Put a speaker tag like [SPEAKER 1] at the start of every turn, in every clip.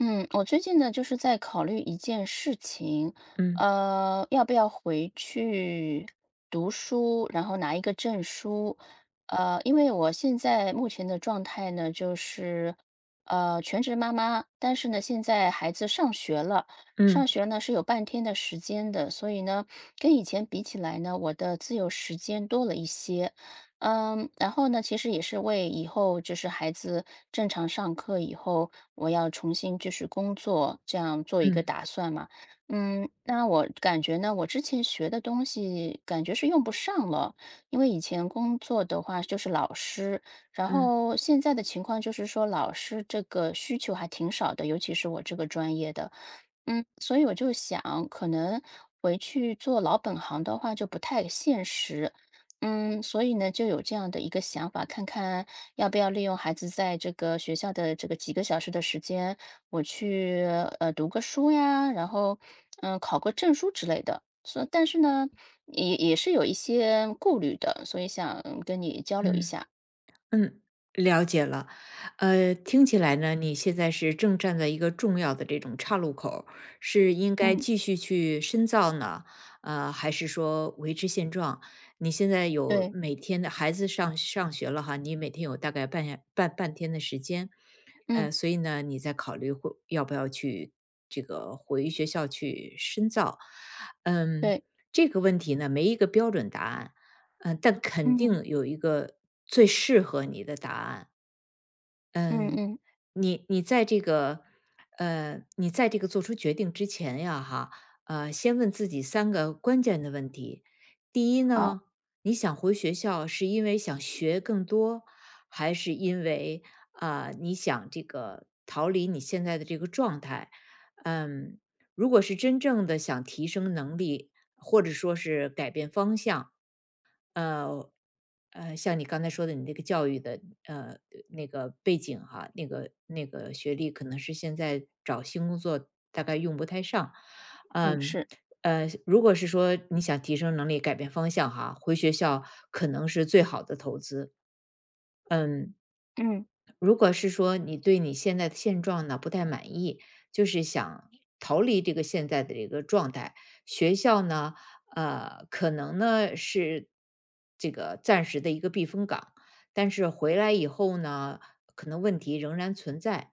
[SPEAKER 1] 嗯，我最近呢，就是在考虑一件事情，
[SPEAKER 2] 嗯
[SPEAKER 1] 要不要回去读书，然后拿一个证书？呃，因为我现在目前的状态呢，就是全职妈妈，但是呢，现在孩子上学了，上
[SPEAKER 2] 嗯
[SPEAKER 1] 学呢是有半天的时间的，所以呢，跟以前比起来呢，我的自由时间多了一些。嗯，然后呢，其实也是为以后就是孩子正常上课以后，我要重新就是工作，这样做一个
[SPEAKER 2] 嗯
[SPEAKER 1] 打算嘛。嗯，那我感觉呢，我之前学的东西感觉是用不上了，因为以前工作的话就是老师，然
[SPEAKER 2] 嗯
[SPEAKER 1] 后现在的情况就是说老师这个需求还挺少的，尤其是我这个专业的。嗯，所以我就想，可能回去做老本行的话就不太现实。嗯，所以呢，就有这样的一个想法，看看要不要利用孩子在这个学校的这个几个小时的时间，我去读个书呀，然后考个证书之类的。所但是呢，也是有一些顾虑的，所以想跟你交流一
[SPEAKER 2] 嗯
[SPEAKER 1] 下。
[SPEAKER 2] 嗯，了解了。听起来呢，你现在是正站在一个重要的这种岔路口儿，是应该
[SPEAKER 1] 嗯，
[SPEAKER 2] 继续去深造呢，还是说维持现状？你现在有
[SPEAKER 1] 对，
[SPEAKER 2] 每天的孩子上学了哈，你每天有大概半下半半天的时间，
[SPEAKER 1] 嗯，
[SPEAKER 2] 所以呢，你在考虑会要不要去这个回学校去深造？嗯，
[SPEAKER 1] 对，
[SPEAKER 2] 这个问题呢，没一个标准答案。嗯，但肯
[SPEAKER 1] 嗯
[SPEAKER 2] 定有一个最适合你的答案。
[SPEAKER 1] 嗯
[SPEAKER 2] 嗯，
[SPEAKER 1] 嗯，
[SPEAKER 2] 你你在这个，你在这个做出决定之前呀，哈，先问自己三个关键的问题。第一
[SPEAKER 1] 好，
[SPEAKER 2] 呢，你想回学校是因为想学更多，还是因为啊，你想这个逃离你现在的这个状态？嗯，如果是真正的想提升能力，或者说是改变方向，呃，像你刚才说的，你那个教育的呃那个背景哈，那个学历可能是现在找新工作大概用不太上，
[SPEAKER 1] 嗯
[SPEAKER 2] 嗯。
[SPEAKER 1] 是，
[SPEAKER 2] 如果是说你想提升能力、改变方向哈，回学校可能是最好的投资。嗯，
[SPEAKER 1] 嗯
[SPEAKER 2] 如果是说你对你现在的现状呢不太满意，就是想逃离这个现在的这个状态，学校呢，可能呢是这个暂时的一个避风港，但是回来以后呢，可能问题仍然存在。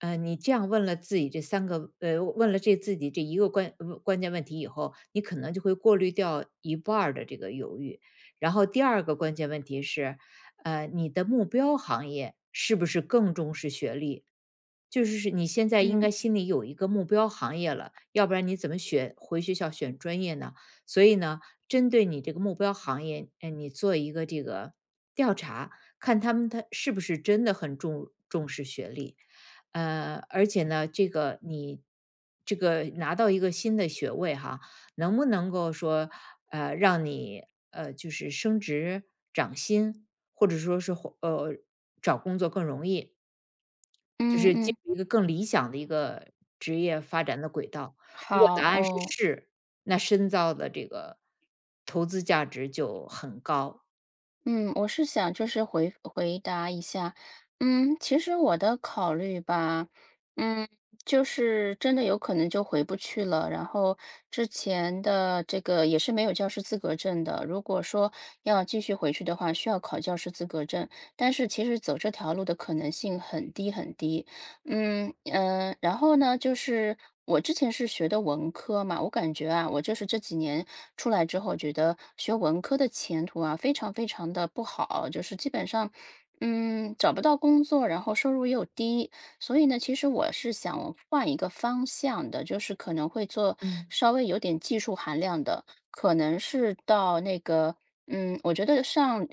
[SPEAKER 2] 你这样问了自己这三个，问了这自己这一个关键问题以后，你可能就会过滤掉一半儿的这个犹豫。然后第二个关键问题是，你的目标行业是不是更重视学历？就是你现在应
[SPEAKER 1] 嗯
[SPEAKER 2] 该心里有一个目标行业了，要不然你怎么选回学校选专业呢？所以呢，针对你这个目标行业，你做一个这个调查，看他们是不是真的很重视学历，而且呢，你这个拿到一个新的学位哈，能不能够说，让你就是升职涨薪，或者说是找工作更容易，就
[SPEAKER 1] 嗯
[SPEAKER 2] 是进
[SPEAKER 1] 嗯，
[SPEAKER 2] 入一个更理想的一个职业发展的轨道。如果
[SPEAKER 1] 好
[SPEAKER 2] 答案是
[SPEAKER 1] 哦。
[SPEAKER 2] 是，那深造的这个投资价值就很高。
[SPEAKER 1] 嗯，我是想就是回答一下，嗯，其实我的考虑吧，嗯，就是真的有可能就回不去了。然后之前的这个也是没有教师资格证的，如果说要继续回去的话，需要考教师资格证，但是其实走这条路的可能性很低很低。嗯嗯，然后呢，就是我之前是学的文科嘛，我感觉啊，我就是这几年出来之后，觉得学文科的前途啊，非常非常的不好，就是基本上，嗯，找不到工作，然后收入又低，所以呢，其实我是想换一个方向的，就是可能会做
[SPEAKER 2] 嗯
[SPEAKER 1] 稍微有点技术含量的，可能是到那个，嗯，我觉得上。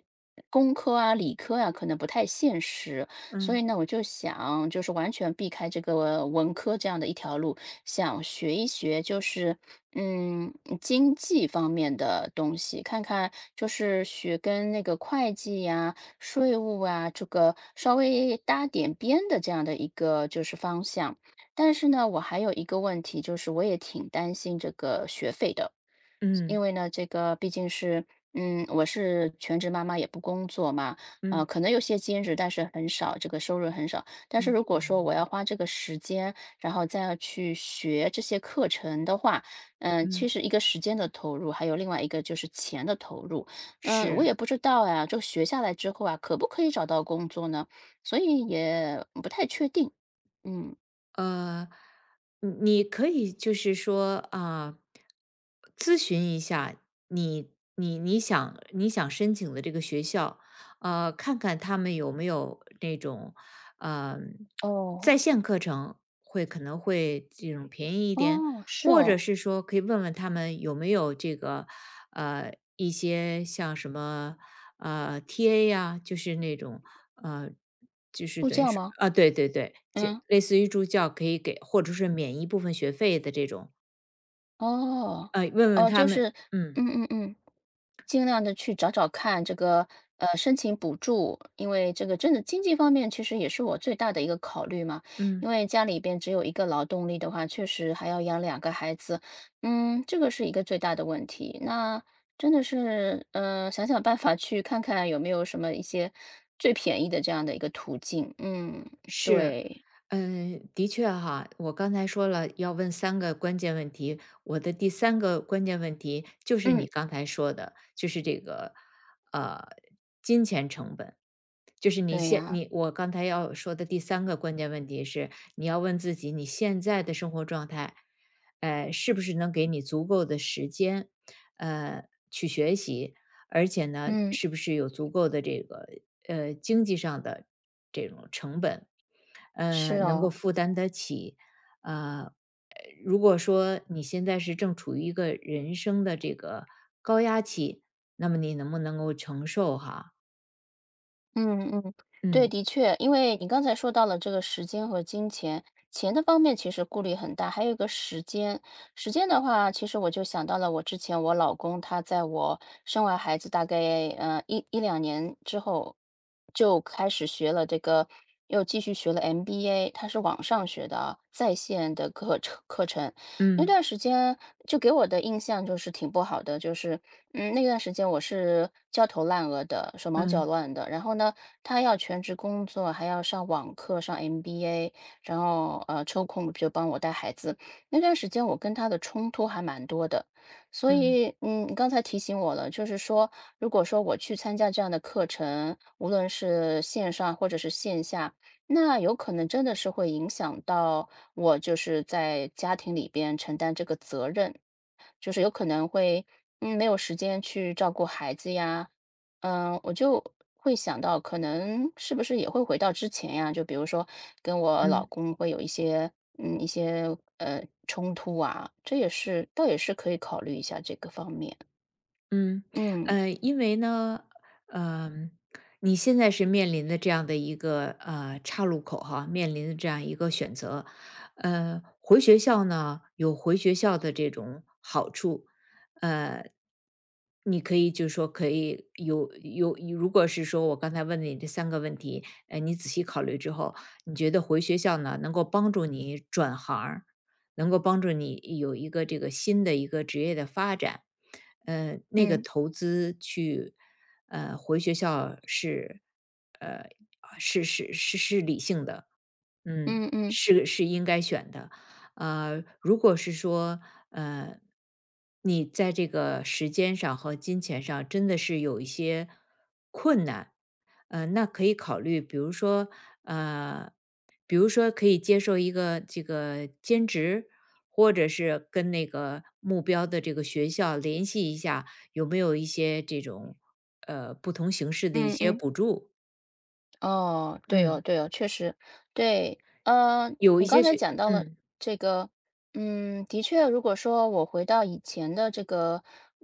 [SPEAKER 1] 工科啊、理科啊，可能不太现实。所以
[SPEAKER 2] 嗯
[SPEAKER 1] 呢，我就想就是完全避开这个文科这样的一条路，想学一学就是嗯经济方面的东西，看看就是学跟那个会计呀、税务啊这个稍微搭点边的这样的一个就是方向。但是呢，我还有一个问题，就是我也挺担心这个学费的。因
[SPEAKER 2] 嗯
[SPEAKER 1] 为呢，这个毕竟是，嗯，我是全职妈妈，也不工作嘛，
[SPEAKER 2] 嗯
[SPEAKER 1] 可能有些兼职，但是很少，这个收入很少。但是
[SPEAKER 2] 嗯
[SPEAKER 1] 如果说我要花这个时间，然后再要去学这些课程的话，嗯、其
[SPEAKER 2] 嗯，
[SPEAKER 1] 实一个时间的投入，还有另外一个就是钱的投入。嗯、我也
[SPEAKER 2] 是。
[SPEAKER 1] 不知道呀，就学下来之后啊，可不可以找到工作呢？所以也不太确定。嗯，
[SPEAKER 2] 呃，嗯你可以就是说啊，咨询一下你想申请的这个学校，看看他们有没有那种呃
[SPEAKER 1] 哦，
[SPEAKER 2] 在线课程，可能会这种便宜一点，
[SPEAKER 1] 哦，是
[SPEAKER 2] 或者
[SPEAKER 1] 哦，
[SPEAKER 2] 是说可以问问他们有没有这个一些像什么TA 呀，就是那种呃。就是
[SPEAKER 1] 助
[SPEAKER 2] 等于
[SPEAKER 1] 教
[SPEAKER 2] 是
[SPEAKER 1] 吗？
[SPEAKER 2] 啊，对对对，就
[SPEAKER 1] 嗯。
[SPEAKER 2] 类似于助教可以给或者是免一部分学费的这种，
[SPEAKER 1] 哦，
[SPEAKER 2] 问问
[SPEAKER 1] 哦，
[SPEAKER 2] 他
[SPEAKER 1] 就
[SPEAKER 2] 们，
[SPEAKER 1] 是，
[SPEAKER 2] 嗯
[SPEAKER 1] 嗯嗯嗯，尽量的去找找看这个，申请补助，因为这个真的经济方面其实也是我最大的一个考虑嘛。
[SPEAKER 2] 嗯，
[SPEAKER 1] 因为家里边只有一个劳动力的话，确实还要养两个孩子，嗯，这个是一个最大的问题。那真的是，想想办法去看看有没有什么一些最便宜的这样的一个途径。嗯，
[SPEAKER 2] 是，
[SPEAKER 1] 对，
[SPEAKER 2] 嗯，的确哈，我刚才说了要问三个关键问题，我的第三个关键问题就是你
[SPEAKER 1] 嗯，
[SPEAKER 2] 刚才说的，就是这个呃金钱成本，就是你
[SPEAKER 1] 对
[SPEAKER 2] 现
[SPEAKER 1] 呀，
[SPEAKER 2] 你我刚才要说的第三个关键问题是，你要问自己你现在的生活状态，是不是能给你足够的时间，呃，去学习，而且呢，
[SPEAKER 1] 嗯，
[SPEAKER 2] 是不是有足够的这个经济上的这种成本，
[SPEAKER 1] 是
[SPEAKER 2] 能够
[SPEAKER 1] 哦。
[SPEAKER 2] 负担得起，呃，呃如果说你现在是正处于一个人生的这个高压期，那么你能不能够承受哈？
[SPEAKER 1] 嗯嗯，对，
[SPEAKER 2] 嗯
[SPEAKER 1] 的确，因为你刚才说到了这个时间和金钱，钱的方面其实顾虑很大，还有一个时间。时间的话，其实我就想到了我之前我老公，他在我生完孩子大概一两年之后，就开始学了这个，又继续学了 MBA，他是网上学的啊，在线的课程。那
[SPEAKER 2] 嗯
[SPEAKER 1] 段时间就给我的印象就是挺不好的，就是，嗯，那段时间我是焦头烂额的，手忙脚
[SPEAKER 2] 嗯。
[SPEAKER 1] 乱的。然后呢，他要全职工作，还要上网课、上 MBA，然后抽空就帮我带孩子。那段时间我跟他的冲突还蛮多的，所
[SPEAKER 2] 嗯
[SPEAKER 1] 以嗯，你刚才提醒我了，就是说，如果说我去参加这样的课程，无论是线上或者是线下，那有可能真的是会影响到。我就是在家庭里边承担这个责任，就是有可能会，嗯，没有时间去照顾孩子呀，嗯，我就会想到，可能是不是也会回到之前呀？就比如说跟我老
[SPEAKER 2] 嗯
[SPEAKER 1] 公会有一些，嗯，一些冲突啊，这也是，倒也是可以考虑一下这个方面。
[SPEAKER 2] 嗯，
[SPEAKER 1] 嗯
[SPEAKER 2] 因为呢，呃，你现在是面临的这样的一个岔路口哈，面临的这样一个选择，回学校呢有回学校的这种好处，呃。你可以就是说可以有，如果是说我刚才问你这三个问题，你仔细考虑之后，你觉得回学校呢，能够帮助你转行儿，能够帮助你有一个这个新的一个职业的发展，那个
[SPEAKER 1] 嗯
[SPEAKER 2] 投资去，回学校是，呃，是理性的，嗯，
[SPEAKER 1] 嗯嗯
[SPEAKER 2] 是应该选的。如果是说，呃，你在这个时间上和金钱上真的是有一些困难，那可以考虑，比如说，呃，比如说可以接受一个这个兼职，或者是跟那个目标的这个学校联系一下，有没有一些这种不同形式的一
[SPEAKER 1] 嗯
[SPEAKER 2] 些
[SPEAKER 1] 嗯。
[SPEAKER 2] 补助？
[SPEAKER 1] 哦，对哦，
[SPEAKER 2] 嗯，
[SPEAKER 1] 对哦，确实，对，呃，
[SPEAKER 2] 有
[SPEAKER 1] 你
[SPEAKER 2] 一
[SPEAKER 1] 刚
[SPEAKER 2] 些
[SPEAKER 1] 才
[SPEAKER 2] 学，
[SPEAKER 1] 讲到了
[SPEAKER 2] 嗯
[SPEAKER 1] 这个，嗯，的确，如果说我回到以前的这个，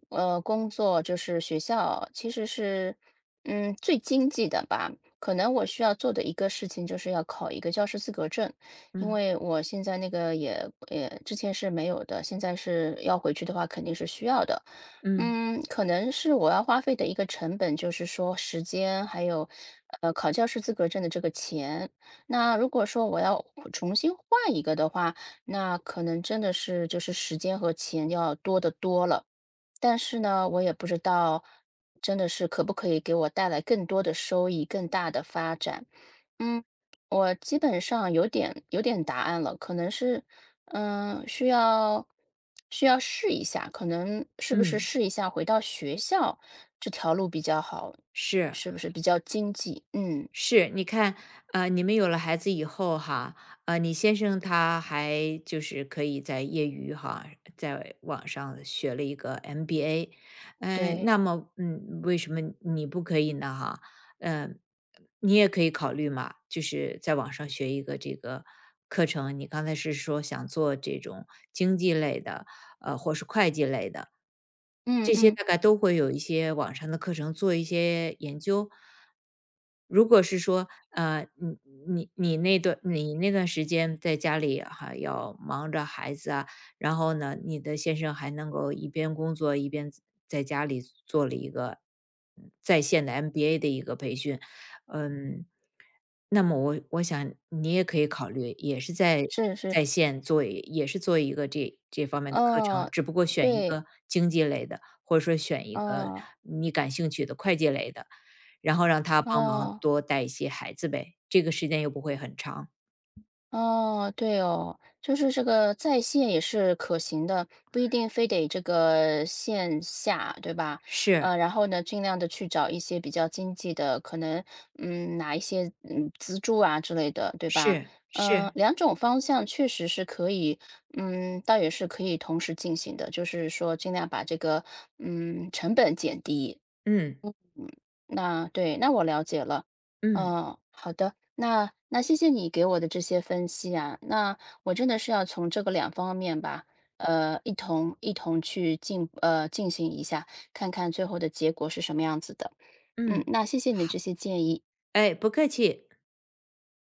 [SPEAKER 1] 工作就是学校，其实是，嗯，最经济的吧。可能我需要做的一个事情就是要考一个教师资格证，因
[SPEAKER 2] 嗯
[SPEAKER 1] 为我现在那个也之前是没有的，现在是要回去的话肯定是需要的。
[SPEAKER 2] 嗯
[SPEAKER 1] 嗯，可能是我要花费的一个成本，就是说时间，还有考教师资格证的这个钱。那如果说我要重新换一个的话，那可能真的是就是时间和钱要多得多了。但是呢，我也不知道真的是可不可以给我带来更多的收益、更大的发展。嗯，我基本上有点答案了，可能是，嗯，需要试一下，可能是不是
[SPEAKER 2] 嗯，
[SPEAKER 1] 试一下回到学校这条路比较好，
[SPEAKER 2] 是。
[SPEAKER 1] 是不是比较经济？嗯，
[SPEAKER 2] 是，你看，你们有了孩子以后哈，你先生他还就是可以在业余哈，在网上学了一个 MBA，
[SPEAKER 1] 对，
[SPEAKER 2] 那么，嗯，为什么你不可以呢？哈，嗯，你也可以考虑嘛，就是在网上学一个这个课程。你刚才是说想做这种经济类的，或是会计类的，
[SPEAKER 1] 嗯
[SPEAKER 2] 这些
[SPEAKER 1] 嗯，
[SPEAKER 2] 大概都会有一些网上的课程做一些研究。如果是说，你那段时间在家里哈，要忙着孩子啊，然后呢，你的先生还能够一边工作一边在家里做了一个在线的 MBA 的一个培训，嗯，那么我想你也可以考虑，也是在
[SPEAKER 1] 是是，
[SPEAKER 2] 在线做，也是做一个这方面的课程，
[SPEAKER 1] 哦，
[SPEAKER 2] 只不过选一
[SPEAKER 1] 对，
[SPEAKER 2] 个经济类的，或者说选一个
[SPEAKER 1] 哦
[SPEAKER 2] 你感兴趣的会计类的，然后让他帮忙
[SPEAKER 1] 哦。
[SPEAKER 2] 多带一些孩子呗，这个时间又不会很长。
[SPEAKER 1] 哦，对哦，就是这个在线也是可行的，不一定非得这个线下，对吧？
[SPEAKER 2] 是
[SPEAKER 1] 然后呢，尽量的去找一些比较经济的，可能拿一些资助啊之类的，对吧？
[SPEAKER 2] 是
[SPEAKER 1] 嗯、
[SPEAKER 2] 是，
[SPEAKER 1] 两种方向确实是可以，嗯，倒也是可以同时进行的，就是说尽量把这个成本减低，
[SPEAKER 2] 嗯
[SPEAKER 1] 那对，那我了解了。
[SPEAKER 2] 嗯。
[SPEAKER 1] 嗯，好的，那那谢谢你给我的这些分析啊，那我真的是要从这个两方面吧，一同去进行一下，看看最后的结果是什么样子的。嗯，
[SPEAKER 2] 嗯，
[SPEAKER 1] 那谢谢你的
[SPEAKER 2] 好，
[SPEAKER 1] 这些建议。
[SPEAKER 2] 哎，不客气。